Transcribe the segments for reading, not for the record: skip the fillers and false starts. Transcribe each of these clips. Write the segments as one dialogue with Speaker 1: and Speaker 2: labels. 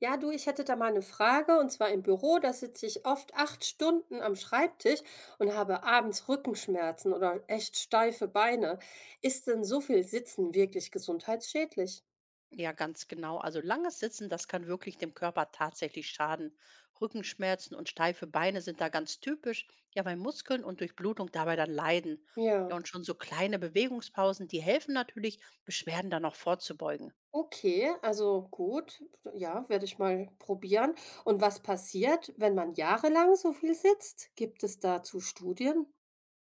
Speaker 1: Ja, du, ich hätte da mal eine Frage, und zwar im Büro, da sitze ich oft 8 Stunden am Schreibtisch und habe abends Rückenschmerzen oder echt steife Beine. Ist denn so viel Sitzen wirklich gesundheitsschädlich?
Speaker 2: Ja, ganz genau. Also langes Sitzen, das kann wirklich dem Körper tatsächlich schaden. Rückenschmerzen und steife Beine sind da ganz typisch, ja, weil Muskeln und Durchblutung dabei dann leiden. Ja,
Speaker 1: Ja,
Speaker 2: und schon so kleine Bewegungspausen, die helfen natürlich, Beschwerden dann auch vorzubeugen.
Speaker 1: okay, also gut, ja, werde ich mal probieren. Und was passiert, wenn man jahrelang so viel sitzt? Gibt es dazu Studien?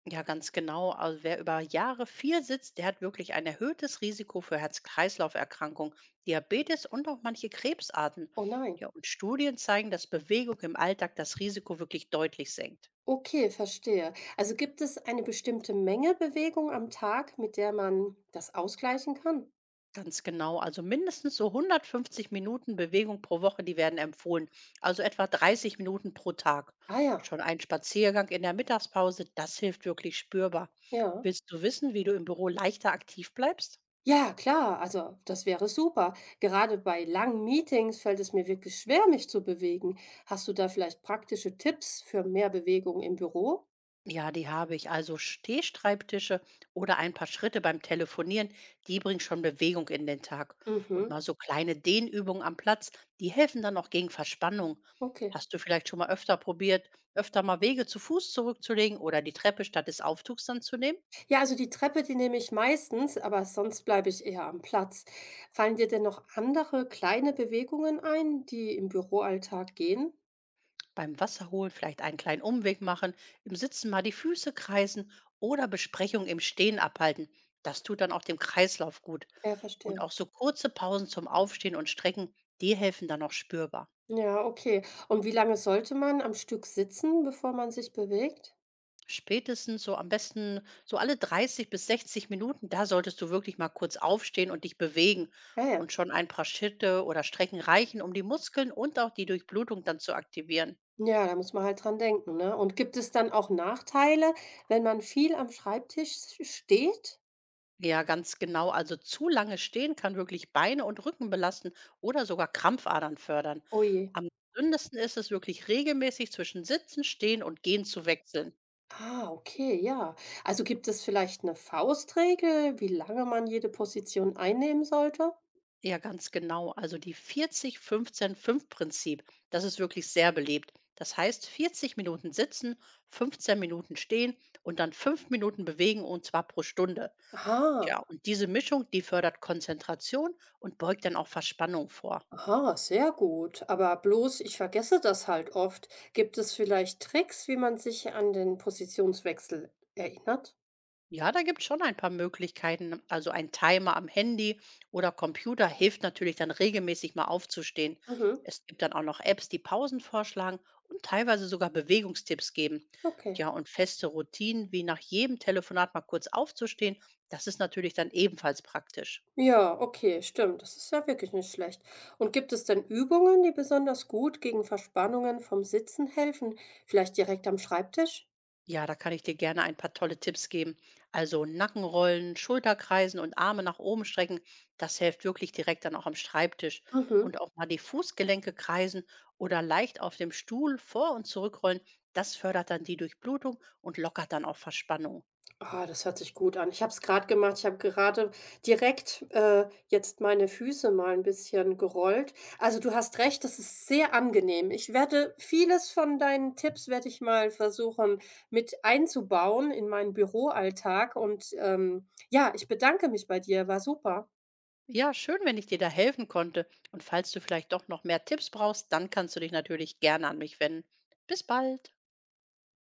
Speaker 2: Ja, ganz genau. Also wer über Jahre viel sitzt, der hat wirklich ein erhöhtes Risiko für Herz-Kreislauf-Erkrankungen, Diabetes und auch manche Krebsarten.
Speaker 1: Oh nein.
Speaker 2: Ja, und Studien zeigen, dass Bewegung im Alltag das Risiko wirklich deutlich senkt.
Speaker 1: Okay, verstehe. Also gibt es eine bestimmte Menge Bewegung am Tag, mit der man das ausgleichen kann?
Speaker 2: Ganz genau, also mindestens so 150 Minuten Bewegung pro Woche, die werden empfohlen, also etwa 30 Minuten pro Tag.
Speaker 1: Ah ja.
Speaker 2: Schon ein Spaziergang in der Mittagspause, das hilft wirklich spürbar.
Speaker 1: Ja.
Speaker 2: Willst du wissen, wie du im Büro leichter aktiv bleibst?
Speaker 1: Ja, klar, also das wäre super. Gerade bei langen Meetings fällt es mir wirklich schwer, mich zu bewegen. Hast du da vielleicht praktische Tipps für mehr Bewegung im Büro?
Speaker 2: Ja, die habe ich. Also Stehschreibtische oder ein paar Schritte beim Telefonieren, die bringen schon Bewegung in den Tag. Und
Speaker 1: Mhm,
Speaker 2: mal so kleine Dehnübungen am Platz, die helfen dann auch gegen Verspannung.
Speaker 1: okay.
Speaker 2: Hast du vielleicht schon mal öfter probiert, öfter mal Wege zu Fuß zurückzulegen oder die Treppe statt des Aufzugs dann zu nehmen?
Speaker 1: Ja, also die Treppe, die nehme ich meistens, aber sonst bleibe ich eher am Platz. Fallen dir denn noch andere kleine Bewegungen ein, die im Büroalltag gehen?
Speaker 2: Beim Wasserholen vielleicht einen kleinen Umweg machen, im Sitzen mal die Füße kreisen oder Besprechungen im Stehen abhalten. Das tut dann auch dem Kreislauf gut.
Speaker 1: Ja,
Speaker 2: Und auch
Speaker 1: verstehe.
Speaker 2: so kurze Pausen zum Aufstehen und Strecken, die helfen dann auch spürbar.
Speaker 1: Ja, okay. Und wie lange sollte man am Stück sitzen, bevor man sich bewegt?
Speaker 2: Spätestens so am besten so alle 30 bis 60 Minuten, da solltest du wirklich mal kurz aufstehen und dich bewegen.
Speaker 1: Ah ja.
Speaker 2: Und schon ein paar Schritte oder Strecken reichen, um die Muskeln und auch die Durchblutung dann zu aktivieren.
Speaker 1: Ja, da muss man halt dran denken, ne? Und gibt es dann auch Nachteile, wenn man viel am Schreibtisch s steht?
Speaker 2: Ja, ganz genau. Also zu lange stehen kann wirklich Beine und Rücken belasten oder sogar Krampfadern fördern.
Speaker 1: Oh je.
Speaker 2: Am gesündesten ist es wirklich regelmäßig zwischen Sitzen, Stehen und Gehen zu wechseln.
Speaker 1: Ah, okay, ja. Also gibt es vielleicht eine Faustregel, wie lange man jede Position einnehmen sollte?
Speaker 2: Ja, ganz genau. Also die 40-15-5-Prinzip, das ist wirklich sehr beliebt. Das heißt, 40 Minuten sitzen, 15 Minuten stehen und dann 5 Minuten bewegen und zwar pro Stunde. Tja,
Speaker 1: Aha,
Speaker 2: und diese Mischung, die fördert Konzentration und beugt dann auch Verspannung vor.
Speaker 1: aha, sehr gut. Aber bloß ich vergesse das halt oft. Gibt es vielleicht Tricks, wie man sich an den Positionswechsel erinnert?
Speaker 2: Ja, da gibt es schon ein paar Möglichkeiten. Also ein Timer am Handy oder Computer hilft natürlich dann regelmäßig mal aufzustehen.
Speaker 1: Mhm,
Speaker 2: Es gibt dann auch noch Apps, die Pausen vorschlagen und teilweise sogar Bewegungstipps geben.
Speaker 1: okay.
Speaker 2: Ja, und feste Routinen wie nach jedem Telefonat mal kurz aufzustehen, das ist natürlich dann ebenfalls praktisch.
Speaker 1: Ja, okay, stimmt. Das ist ja wirklich nicht schlecht. Und gibt es denn Übungen, die besonders gut gegen Verspannungen vom Sitzen helfen? Vielleicht direkt am Schreibtisch?
Speaker 2: Ja, da kann ich dir gerne ein paar tolle Tipps geben. Also Nackenrollen, Schulterkreisen und Arme nach oben strecken, das hilft wirklich direkt dann auch am Schreibtisch.
Speaker 1: Mhm.
Speaker 2: Und auch mal die Fußgelenke kreisen oder leicht auf dem Stuhl vor und zurückrollen, das fördert dann die Durchblutung und lockert dann auch Verspannung.
Speaker 1: Ah, das hört sich gut an. Ich habe es gerade gemacht. Ich habe gerade direkt jetzt meine Füße mal ein bisschen gerollt. Also du hast recht, das ist sehr angenehm. Ich werde vieles von deinen Tipps werde ich mal versuchen mit einzubauen in meinen Büroalltag. Und ja, ich bedanke mich bei dir. War super.
Speaker 2: Ja, schön, wenn ich dir da helfen konnte. Und falls du vielleicht doch noch mehr Tipps brauchst, dann kannst du dich natürlich gerne an mich wenden. Bis bald.